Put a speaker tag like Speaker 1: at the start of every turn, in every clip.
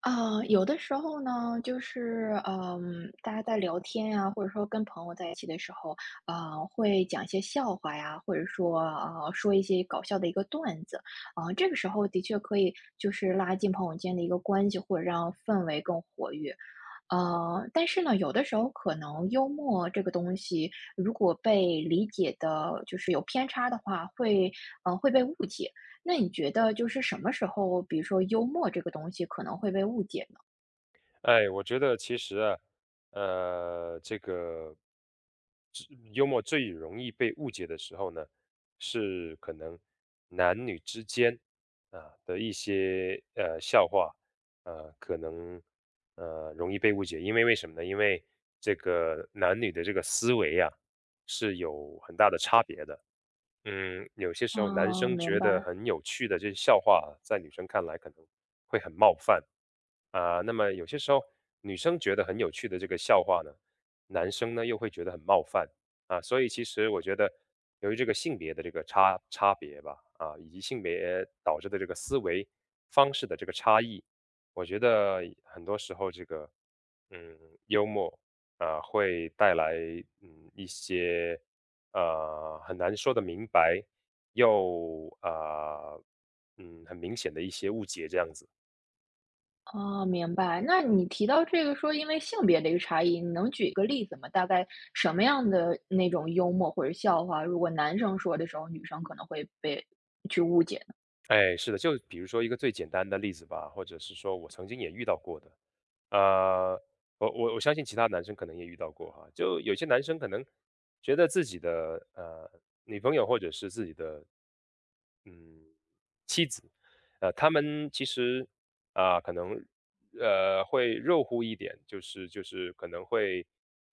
Speaker 1: 有的时候呢，就是，大家在聊天呀，或者说跟朋友在一起的时候，会讲一些笑话呀，或者说，说一些搞笑的一个段子，这个时候的确可以就是拉近朋友间的一个关系，或者让氛围更活跃。但是呢，有的时候可能幽默这个东西，如果被理解的，就是有偏差的话，会被误解。那你觉得就是什么时候，比如说幽默这个东西可能会被误解呢？
Speaker 2: 哎，我觉得其实啊，这个最幽默最容易被误解的时候呢，是可能男女之间啊的一些笑话，可能容易被误解，因为为什么呢？因为这个男女的这个思维啊是有很大的差别的。嗯，有些时候男
Speaker 1: 啊，
Speaker 2: 生
Speaker 1: 明
Speaker 2: 觉
Speaker 1: 白。
Speaker 2: 得很有趣的这些笑话啊在女生看来可能会很冒犯啊。那么有些时候女生觉得很有趣的这个笑话呢，男生呢又会觉得很冒犯啊。所以其实我觉得，由于这个性别的这个差别吧，啊，以及性别导致的这个思维方式的这个差异，我觉得很多时候这个嗯幽默啊会带来一些。很难说得明白，又很明显的一些误解这样子。
Speaker 1: 啊，明白。那你提到这个说因为性别的一个差异，你能举一个例子吗？大概什么样的那种幽默或者笑话，如果男生说的时候，女生可能会被去误解呢？
Speaker 2: 哎，是的，就比如说一个最简单的例子吧，或者是说我曾经也遇到过的，呃，我相信其他男生可能也遇到过哈，就有些男生可能觉得自己的女朋友或者是自己的嗯他们其实啊、可能会肉乎一点，就是可能会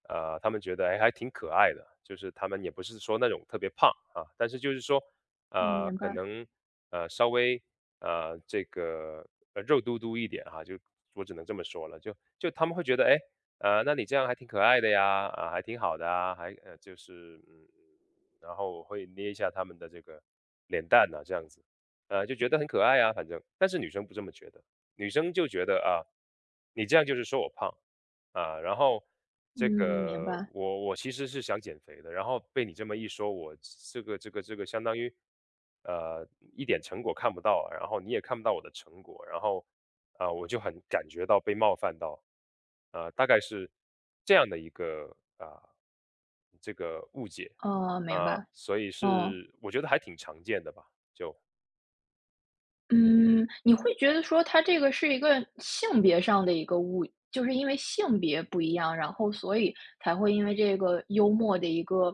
Speaker 2: 他们觉得哎还挺可爱的，就是他们也不是说那种特别胖啊，但是就是说
Speaker 1: 嗯，明
Speaker 2: 可
Speaker 1: 白。
Speaker 2: 能稍微这个肉嘟嘟一点哈、就我只能这么说了，就他们会觉得哎那你这样还挺可爱的呀，啊还挺好的啊，还就是然后我会捏一下他们的这个脸蛋呐、这样子。就觉得很可爱啊，反正。但是女生不这么觉得，女生就觉得啊，你这样就是说我胖啊，然后
Speaker 1: 嗯，
Speaker 2: 这
Speaker 1: 明
Speaker 2: 个
Speaker 1: 白。
Speaker 2: 我其实是想减肥的，然后被你这么一说，我这个相当于呃一点成果看不到，然后你也看不到我的成果，然后啊、我就很感觉到被冒犯到，啊、大概是这样的一个啊、这个误解
Speaker 1: 哦，明
Speaker 2: 啊、
Speaker 1: 白。
Speaker 2: 所以
Speaker 1: 哦。
Speaker 2: 是我觉得还挺常见的吧，就。
Speaker 1: 嗯，你会觉得说它这个是一个性别上的一个误就是因为性别不一样，然后所以才会因为这个幽默的一个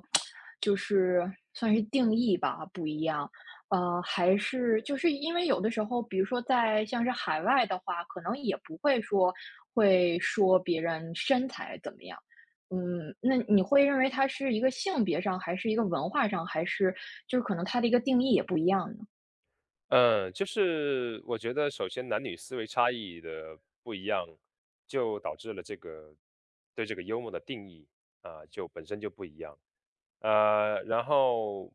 Speaker 1: 就是算是定义吧，不一样。还是就是因为有的时候，比如说在像是海外的话，可能也不会说会说别人身材怎么样。那你会认为它是一个性别上，还是一个文化上，还是就是可能它的一个定义也不一样呢？
Speaker 2: 嗯，就是我觉得首先男女思维差异的不一样，就导致了这个对这个幽默的定义啊，就本身就不一样。然后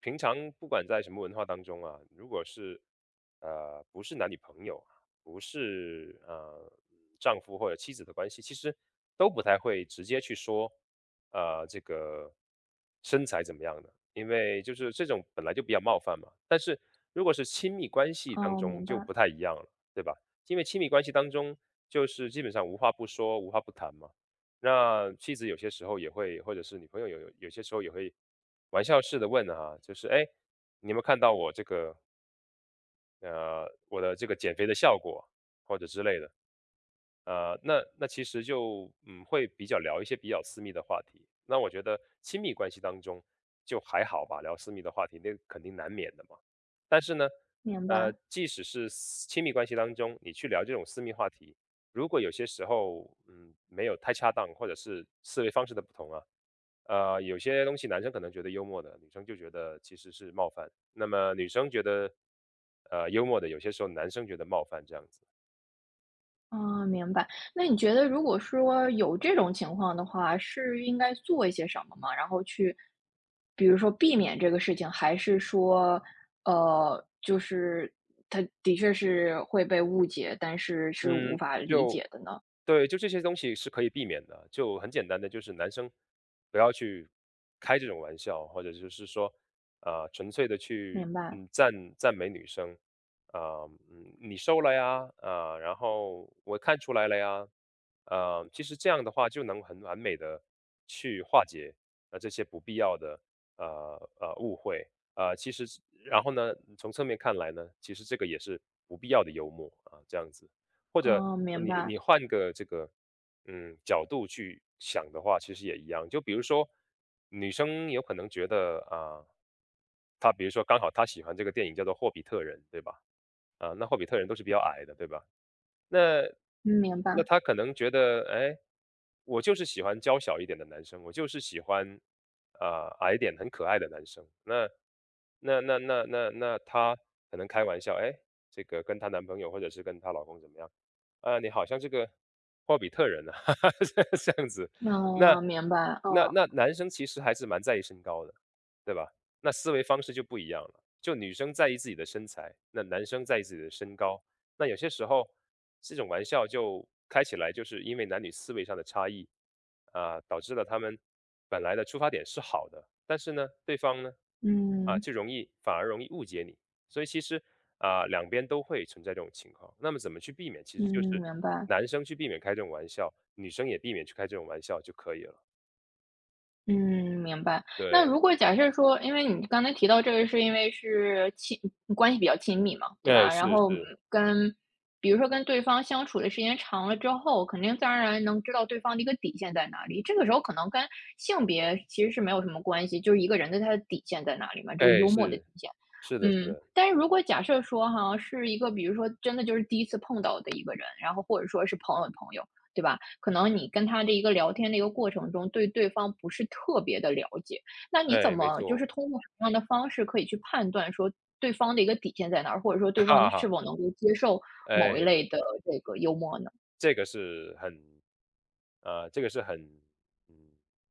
Speaker 2: 平常不管在什么文化当中啊，如果是不是男女朋友啊不是丈夫或者妻子的关系，其实都不太会直接去说这个身材怎么样的。因为就是这种本来就比较冒犯嘛。但是如果是亲密关系当
Speaker 1: 哦，明
Speaker 2: 中就
Speaker 1: 白。
Speaker 2: 不太一样了，对吧？因为亲密关系当中就是基本上无话不说、无话不谈嘛。那妻子有些时候也会，或者是女朋友有些时候也会玩笑式的问啊，就是哎，你有没有看到我这个我的这个减肥的效果或者之类的？那其实就会比较聊一些比较私密的话题。那我觉得亲密关系当中就还好吧，聊私密的话题那肯定难免的嘛。但是呢，
Speaker 1: 明白。
Speaker 2: 即使是亲密关系当中，你去聊这种私密话题，如果有些时候没有太恰当，或者是思维方式的不同啊，有些东西男生可能觉得幽默的，女生就觉得其实是冒犯。那么女生觉得幽默的，有些时候男生觉得冒犯这样子。
Speaker 1: 啊，明白。那你觉得如果说有这种情况的话，是应该做一些什么吗？然后去，比如说避免这个事情，还是说，就是他的确是会被误解，但是是无
Speaker 2: 嗯，
Speaker 1: 法理
Speaker 2: 就
Speaker 1: 解的呢？
Speaker 2: 对，就这些东西是可以避免的。就很简单的，就是男生不要去开这种玩笑，或者就是说，啊、纯粹的去
Speaker 1: 明白。
Speaker 2: 赞美女生，啊、你瘦了呀，啊、然后我看出来了呀，其实这样的话就能很完美的去化解这些不必要的误会，其实然后呢，从侧面看来呢，其实这个也是不必要的幽默啊，这样子。或者
Speaker 1: 嗯，明
Speaker 2: 你
Speaker 1: 白。
Speaker 2: 你换个这个角度去想的话，其实也一样。就比如说，女生有可能觉得啊，她比如说刚好她喜欢这个电影叫做《霍比特人》，对吧？啊，那霍比特人都是比较矮的，对吧？那
Speaker 1: 嗯明
Speaker 2: 那
Speaker 1: 白。
Speaker 2: 她可能觉得，哎，我就是喜欢娇小一点的男生，我就是喜欢啊、矮一点很可爱的男生。那她可能开玩笑，哎，这个跟她男朋友或者是跟她老公怎么样？啊，你好像这个霍比特人呢啊，这样子。那
Speaker 1: 嗯，明白。
Speaker 2: 那
Speaker 1: 嗯
Speaker 2: 那男生其实还是蛮在意身高的，对吧？那思维方式就不一样了。就女生在意自己的身材，那男生在意自己的身高。那有些时候这种玩笑就开起来，就是因为男女思维上的差异啊，导致了他们本来的出发点是好的，但是呢，对方呢啊
Speaker 1: 嗯。
Speaker 2: 就反而容易误解你。所以其实啊，两边都会存在这种情况。那么怎么去避免？其实
Speaker 1: 嗯，
Speaker 2: 就是
Speaker 1: 明白。
Speaker 2: 男生去避免开这种玩笑，女生也避免去开这种玩笑就可以了。
Speaker 1: 嗯，明白。那
Speaker 2: 对，
Speaker 1: 如果假设说，因为你刚才提到这个是因为是亲关系比较亲密嘛，对
Speaker 2: 哎，
Speaker 1: 吧？然
Speaker 2: 是
Speaker 1: 后，
Speaker 2: 是，
Speaker 1: 跟比如说跟对方相处的时间长了之后，肯定自然而然能知道对方的一个底线在哪里。这个时候可能跟性别其实是没有什么关系，就是一个人的他的底线在哪里嘛，这个
Speaker 2: 哎，
Speaker 1: 幽默的底
Speaker 2: 是，
Speaker 1: 线。
Speaker 2: 是的，是的，
Speaker 1: 但是如果假设说哈，是一个比如说真的就是第一次碰到的一个人，然后或者说是朋友的朋友。对吧？可能你跟他的一个聊天的一个过程中，对方不是特别的了解，那你怎
Speaker 2: 哎，没
Speaker 1: 么就是
Speaker 2: 错，
Speaker 1: 通过什么样的方式可以去判断说对方的一个底线在哪儿，或者说 对方的
Speaker 2: 哈
Speaker 1: 是
Speaker 2: 哈，
Speaker 1: 否能够接受某一
Speaker 2: 哎。
Speaker 1: 类的这个幽默呢？
Speaker 2: 这个是很，这个是很，嗯，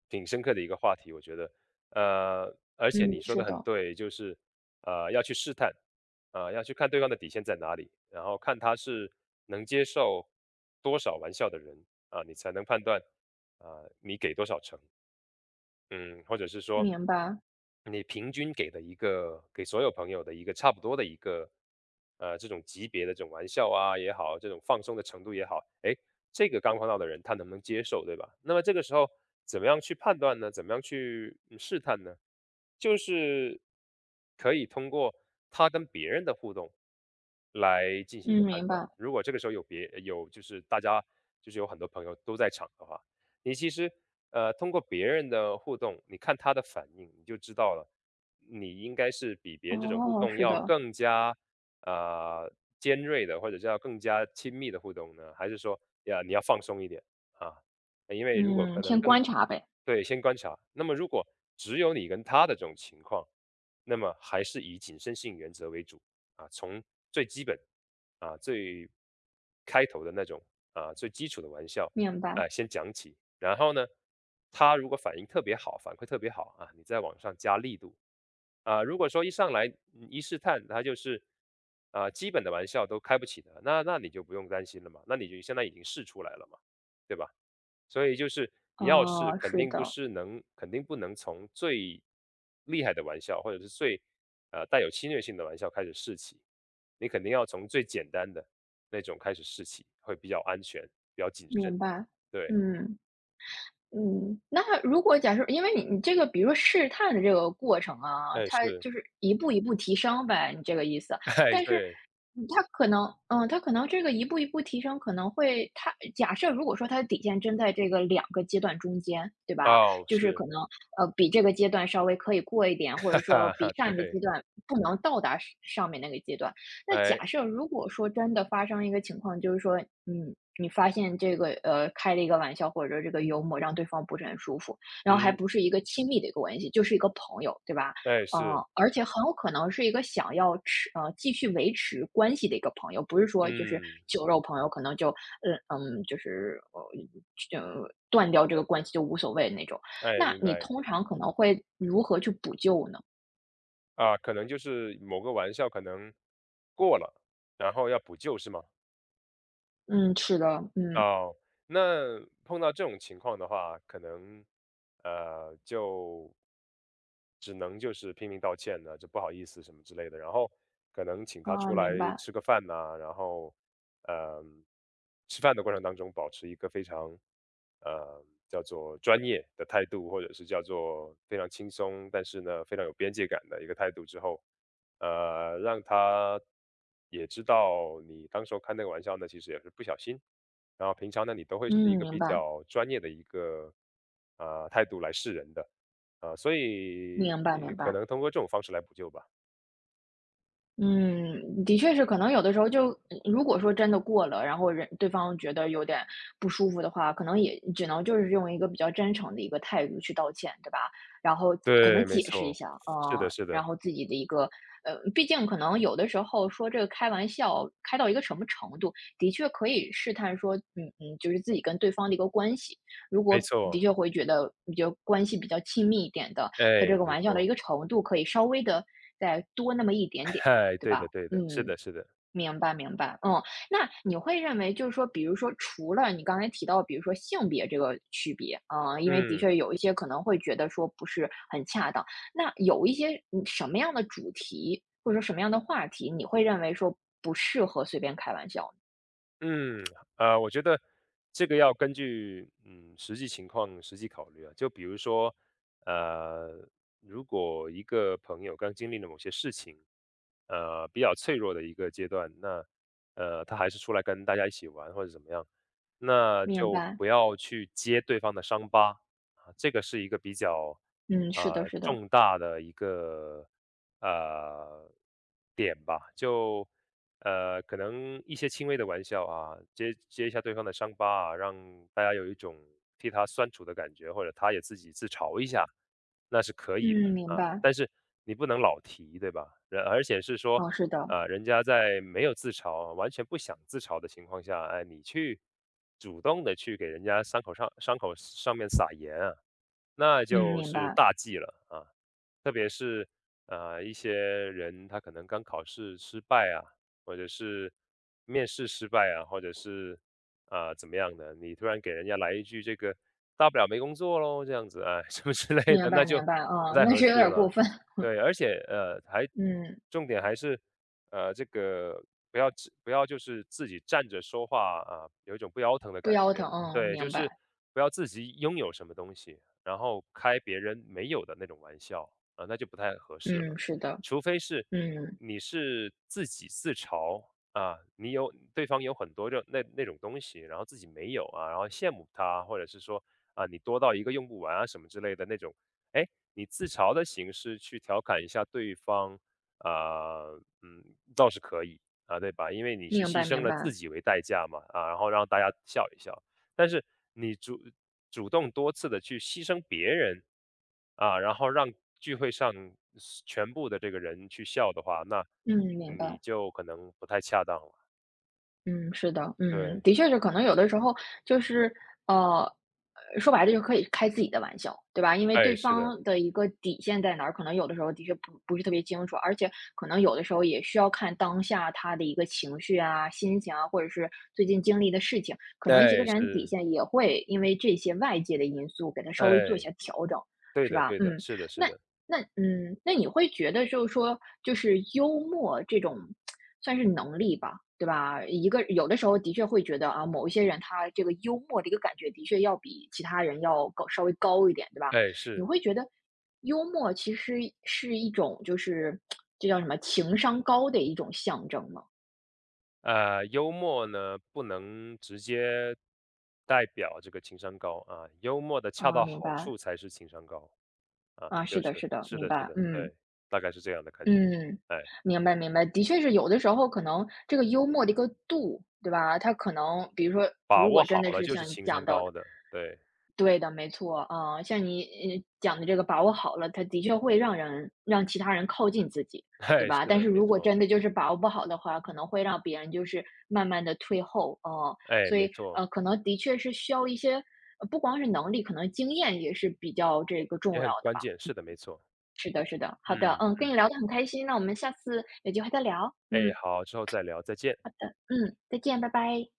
Speaker 2: 挺深刻的一个话题，我觉得。而且
Speaker 1: 嗯，
Speaker 2: 你说
Speaker 1: 是
Speaker 2: 的很
Speaker 1: 的。
Speaker 2: 对，就是，要去试探，啊，要去看对方的底线在哪里，然后看他是能接受多少玩笑的人，啊，你才能判断，啊，你给多少成。嗯，或者是说
Speaker 1: 明白。
Speaker 2: 你平均给的一个给所有朋友的一个差不多的一个，这种级别的这种玩笑啊也好，这种放松的程度也好，哎，这个刚碰到的人他能不能接受，对吧？那么这个时候怎么样去判断呢？怎么样去试探呢？就是可以通过他跟别人的互动来进行一
Speaker 1: 嗯，
Speaker 2: 个判
Speaker 1: 明
Speaker 2: 断。
Speaker 1: 白。
Speaker 2: 如果这个时候有别有就是大家就是有很多朋友都在场的话，你其实通过别人的互动，你看他的反应，你就知道了，你应该是比别人这种互
Speaker 1: 哦，
Speaker 2: 动
Speaker 1: 是
Speaker 2: 要
Speaker 1: 的。
Speaker 2: 更加啊，尖锐的，或者叫更加亲密的互动呢，还是说呀你要放松一点啊？因为如果
Speaker 1: 嗯，
Speaker 2: 可能
Speaker 1: 先
Speaker 2: 更
Speaker 1: 观察呗。
Speaker 2: 对，先观察。那么如果只有你跟他的这种情况，那么还是以谨慎性原则为主啊，从最基本啊最开头的那种啊最基础的玩笑
Speaker 1: 明白。
Speaker 2: 先讲起，然后呢，他如果反应特别好，反馈特别好啊，你再往上加力度。啊，如果说一上来一试探，他就是啊基本的玩笑都开不起的，那你就不用担心了嘛，那你就现在已经试出来了嘛，对吧？所以就是你要试，
Speaker 1: 哦，
Speaker 2: 肯
Speaker 1: 是
Speaker 2: 定不
Speaker 1: 的。
Speaker 2: 是能，肯定不能从最厉害的玩笑或者是最带有侵略性的玩笑开始试起，你肯定要从最简单的那种开始试起，会比较安全，比较谨慎，
Speaker 1: 明白。
Speaker 2: 对。
Speaker 1: 嗯。嗯，那如果假设因为你这个比如说试探的这个过程啊，
Speaker 2: 哎，
Speaker 1: 它
Speaker 2: 是，
Speaker 1: 就是 一步一步提升呗，你这个意思。
Speaker 2: 哎，
Speaker 1: 但是
Speaker 2: 对，
Speaker 1: 它可能，这个一步一步提升可能会它假设如果说它的底线真在这个两个阶段中间，对吧？
Speaker 2: 哦，
Speaker 1: 就是可
Speaker 2: 是，
Speaker 1: 能，比这个阶段稍微可以过一点，或
Speaker 2: 哈
Speaker 1: 者说
Speaker 2: 哈，
Speaker 1: 比
Speaker 2: 哈
Speaker 1: 上一个阶
Speaker 2: 对，
Speaker 1: 段不能到达上上面那个阶段。那
Speaker 2: 哎，
Speaker 1: 假设如果说真的发生一个情况，就是说，你发现这个开了一个玩笑，或者这个幽默让对方不是很舒服，然后还
Speaker 2: 嗯，
Speaker 1: 不是一个亲密的一个关系，就是一个朋友，对吧？
Speaker 2: 哎，
Speaker 1: 呃，
Speaker 2: 是，
Speaker 1: 而且很有可能是一个想要继续维持关系的一个朋友，不是说就是
Speaker 2: 嗯，
Speaker 1: 酒肉朋友，可能就就是就断掉这个关系就无所谓那种。
Speaker 2: 哎，
Speaker 1: 那
Speaker 2: 明
Speaker 1: 你
Speaker 2: 白，
Speaker 1: 通常可能会如何去补救呢？
Speaker 2: 啊，可能就是某个玩笑可能过了，然后要补救是吗？
Speaker 1: 嗯，是的。嗯
Speaker 2: 哦，那碰到这种情况的话，可能，就只能就是拼命道歉呢，就不好意思什么之类的，然后可能请他
Speaker 1: 啊，
Speaker 2: 出来
Speaker 1: 明白。
Speaker 2: 吃个饭呐，然后，嗯呃吃饭的过程当中保持一个非常，呃，叫做专业的态度，或者是叫做非常轻松，但是呢非常有边界感的一个态度之后，让他也知道你当时候开那个玩笑呢，其实也是不小心。然后平常呢，你都会是一
Speaker 1: 嗯，
Speaker 2: 个
Speaker 1: 明
Speaker 2: 比
Speaker 1: 白。
Speaker 2: 较专业的一个啊、态度来示人的啊、所以
Speaker 1: 明白明
Speaker 2: 可
Speaker 1: 白。
Speaker 2: 能通过这种方式来补救吧。
Speaker 1: 嗯，的确是，可能有的时候就如果说真的过了，然后对方觉得有点不舒服的话，可能也只能就是用一个比较真诚的一个态度去道歉，对吧？然后可能
Speaker 2: 对，没
Speaker 1: 解释一
Speaker 2: 错，
Speaker 1: 下，
Speaker 2: 是
Speaker 1: 嗯，
Speaker 2: 的，是
Speaker 1: 然
Speaker 2: 的，
Speaker 1: 后自己的一个，毕竟可能有的时候说这个开玩笑开到一个什么程度，的确可以试探说，嗯嗯，就是自己跟对方的一个关系，如
Speaker 2: 没
Speaker 1: 果的
Speaker 2: 错，
Speaker 1: 确会觉得比较关系比较亲密一点的，他这
Speaker 2: 哎，
Speaker 1: 个
Speaker 2: 没
Speaker 1: 玩笑的一
Speaker 2: 错，
Speaker 1: 个程度可以稍微的再多那么一点 点。
Speaker 2: 嗨，
Speaker 1: 对
Speaker 2: 对
Speaker 1: 吧？
Speaker 2: 的，对的，是
Speaker 1: 嗯，
Speaker 2: 的，是的，
Speaker 1: 明白明白。嗯。那你会认为就是说，比如说除了你刚才提到，比如说性别这个区别，嗯，因为的
Speaker 2: 嗯。
Speaker 1: 确有一些可能会觉得说不是很恰当，那有一些什么样的主题，或者说什么样的话题，你会认为说不适合随便开玩笑呢？
Speaker 2: 嗯，我觉得这个要根据嗯实际情况实际考虑啊。就比如说，呃，如果一个朋友刚经历了某些事情，比较脆弱的一个阶段，那他还是出来跟大家一起玩或者怎么样，那
Speaker 1: 明
Speaker 2: 就
Speaker 1: 白。
Speaker 2: 不要去揭对方的伤疤啊。这个是一个比较
Speaker 1: 嗯，是的，
Speaker 2: 啊、
Speaker 1: 是的。
Speaker 2: 重大的一个呃点吧，就。可能一些轻微的玩笑啊，揭揭一下对方的伤疤啊，让大家有一种替他酸楚的感觉，或者他也自己自嘲一下，那是可以
Speaker 1: 嗯，
Speaker 2: 的
Speaker 1: 明
Speaker 2: 啊。
Speaker 1: 白。
Speaker 2: 但是你不能老提，对吧？人而且是说，
Speaker 1: 哦，是的。
Speaker 2: 啊、人家在没有自嘲、完全不想自嘲的情况下，哎，你去主动的去给人家伤口上面撒盐啊，那
Speaker 1: 嗯，
Speaker 2: 就
Speaker 1: 明
Speaker 2: 是
Speaker 1: 白。
Speaker 2: 大忌了啊。特别是啊一些人他可能刚考试失败啊，或者是面试失败啊，或者是啊、怎么样的，你突然给人家来一句这个大不了没工作喽这样子啊、哎、什么之类
Speaker 1: 明
Speaker 2: 的，那
Speaker 1: 白。
Speaker 2: 就
Speaker 1: 明白。
Speaker 2: 不
Speaker 1: 啊，
Speaker 2: 太
Speaker 1: 那
Speaker 2: 合
Speaker 1: 是
Speaker 2: 适
Speaker 1: 有点儿过
Speaker 2: 了。
Speaker 1: 分。
Speaker 2: 对，而且还
Speaker 1: 嗯。
Speaker 2: 重点还是这个。不要就是自己站着说话啊，有一种不腰疼的
Speaker 1: 不
Speaker 2: 感
Speaker 1: 腰疼。
Speaker 2: 觉。
Speaker 1: 嗯，
Speaker 2: 对，就
Speaker 1: 明
Speaker 2: 是
Speaker 1: 白。
Speaker 2: 不要自己拥有什么东西，然后开别人没有的那种玩笑，啊，那就不太合适
Speaker 1: 嗯，
Speaker 2: 了。
Speaker 1: 是的。
Speaker 2: 除非是
Speaker 1: 嗯，
Speaker 2: 你是自己自嘲啊，你有对方有很多那种东西，然后自己没有啊，然后羡慕他，或者是说啊你多到一个用不完啊什么之类的那种，哎，你自嘲的形式去调侃一下对方，啊、嗯，倒是可以啊，对吧？因为你是
Speaker 1: 明白。
Speaker 2: 牺
Speaker 1: 明
Speaker 2: 牲了自
Speaker 1: 白。
Speaker 2: 己为代价嘛，啊，然后让大家笑一笑。但是你主动多次的去牺牲别人，啊，然后让聚会上是全部的这个人去笑的话，那
Speaker 1: 嗯，明
Speaker 2: 你
Speaker 1: 白。
Speaker 2: 就可能不太恰当了。
Speaker 1: 嗯，是的，嗯，
Speaker 2: 对，
Speaker 1: 的确是，可能有的时候就是，呃，说白了就可以开自己的玩笑，对吧？因为对
Speaker 2: 哎，是的，
Speaker 1: 方的一个底线在哪儿，可能有的时候的确不是特别清楚，而且可能有的时候也需要看当下他的一个情绪啊、心情啊，或者是最近经历的事情，可能一个
Speaker 2: 哎，
Speaker 1: 人底
Speaker 2: 是，
Speaker 1: 线也会因为这些外界的因素给他稍微做一
Speaker 2: 哎，
Speaker 1: 下调整，
Speaker 2: 对
Speaker 1: 是
Speaker 2: 的
Speaker 1: 吧？
Speaker 2: 对的，
Speaker 1: 嗯。
Speaker 2: 是的是
Speaker 1: 那
Speaker 2: 的，
Speaker 1: 那你会觉得就是说，就是幽默这种算是能力吧，对吧？一个有的时候的确会觉得啊，某一些人他这个幽默的一个感觉的确要比其他人要高，稍微高一点，对吧？
Speaker 2: 哎，
Speaker 1: 你
Speaker 2: 是。
Speaker 1: 会觉得幽默其实是一种就是这叫什么情商高的一种象征吗？
Speaker 2: 幽默呢，不能直接代表这个情商高啊，幽默的恰
Speaker 1: 啊，
Speaker 2: 到
Speaker 1: 明
Speaker 2: 好
Speaker 1: 白。
Speaker 2: 处才是情商高，啊，
Speaker 1: 啊，是
Speaker 2: 就
Speaker 1: 的，
Speaker 2: 是，
Speaker 1: 是的。
Speaker 2: 是
Speaker 1: 明
Speaker 2: 的是
Speaker 1: 白。
Speaker 2: 的，
Speaker 1: 嗯。
Speaker 2: 对，大概是这样的看
Speaker 1: 嗯，
Speaker 2: 哎。
Speaker 1: 明白明白，的确是有的时候可能这个幽默的一个度，对吧？它可能比如说，
Speaker 2: 把
Speaker 1: 如果
Speaker 2: 握好
Speaker 1: 真的
Speaker 2: 了
Speaker 1: 是
Speaker 2: 就是
Speaker 1: 像你
Speaker 2: 情商
Speaker 1: 讲到的，
Speaker 2: 高的，对，
Speaker 1: 对的，没错，啊，像你讲的这个把握好了，它的确会让人让其他人靠近自己，对
Speaker 2: 哎，
Speaker 1: 吧？
Speaker 2: 是
Speaker 1: 但
Speaker 2: 的，
Speaker 1: 是
Speaker 2: 没
Speaker 1: 如果
Speaker 2: 错，
Speaker 1: 真的就是把握不好的话，可能会让别人就是慢慢的退后，哦、
Speaker 2: 哎，
Speaker 1: 所
Speaker 2: 没
Speaker 1: 以
Speaker 2: 错，
Speaker 1: 可能的确是需要一些，不光是能力，可能经验也是比较这个重要
Speaker 2: 也很
Speaker 1: 的
Speaker 2: 关
Speaker 1: 吧。
Speaker 2: 键，是的，没错，
Speaker 1: 是的，是的，好的，
Speaker 2: 嗯，
Speaker 1: 嗯，跟你聊得很开心，那我们下次有机会再聊。
Speaker 2: 哎，
Speaker 1: 嗯
Speaker 2: 好，之后再聊，再见。
Speaker 1: 嗯，再见，拜拜。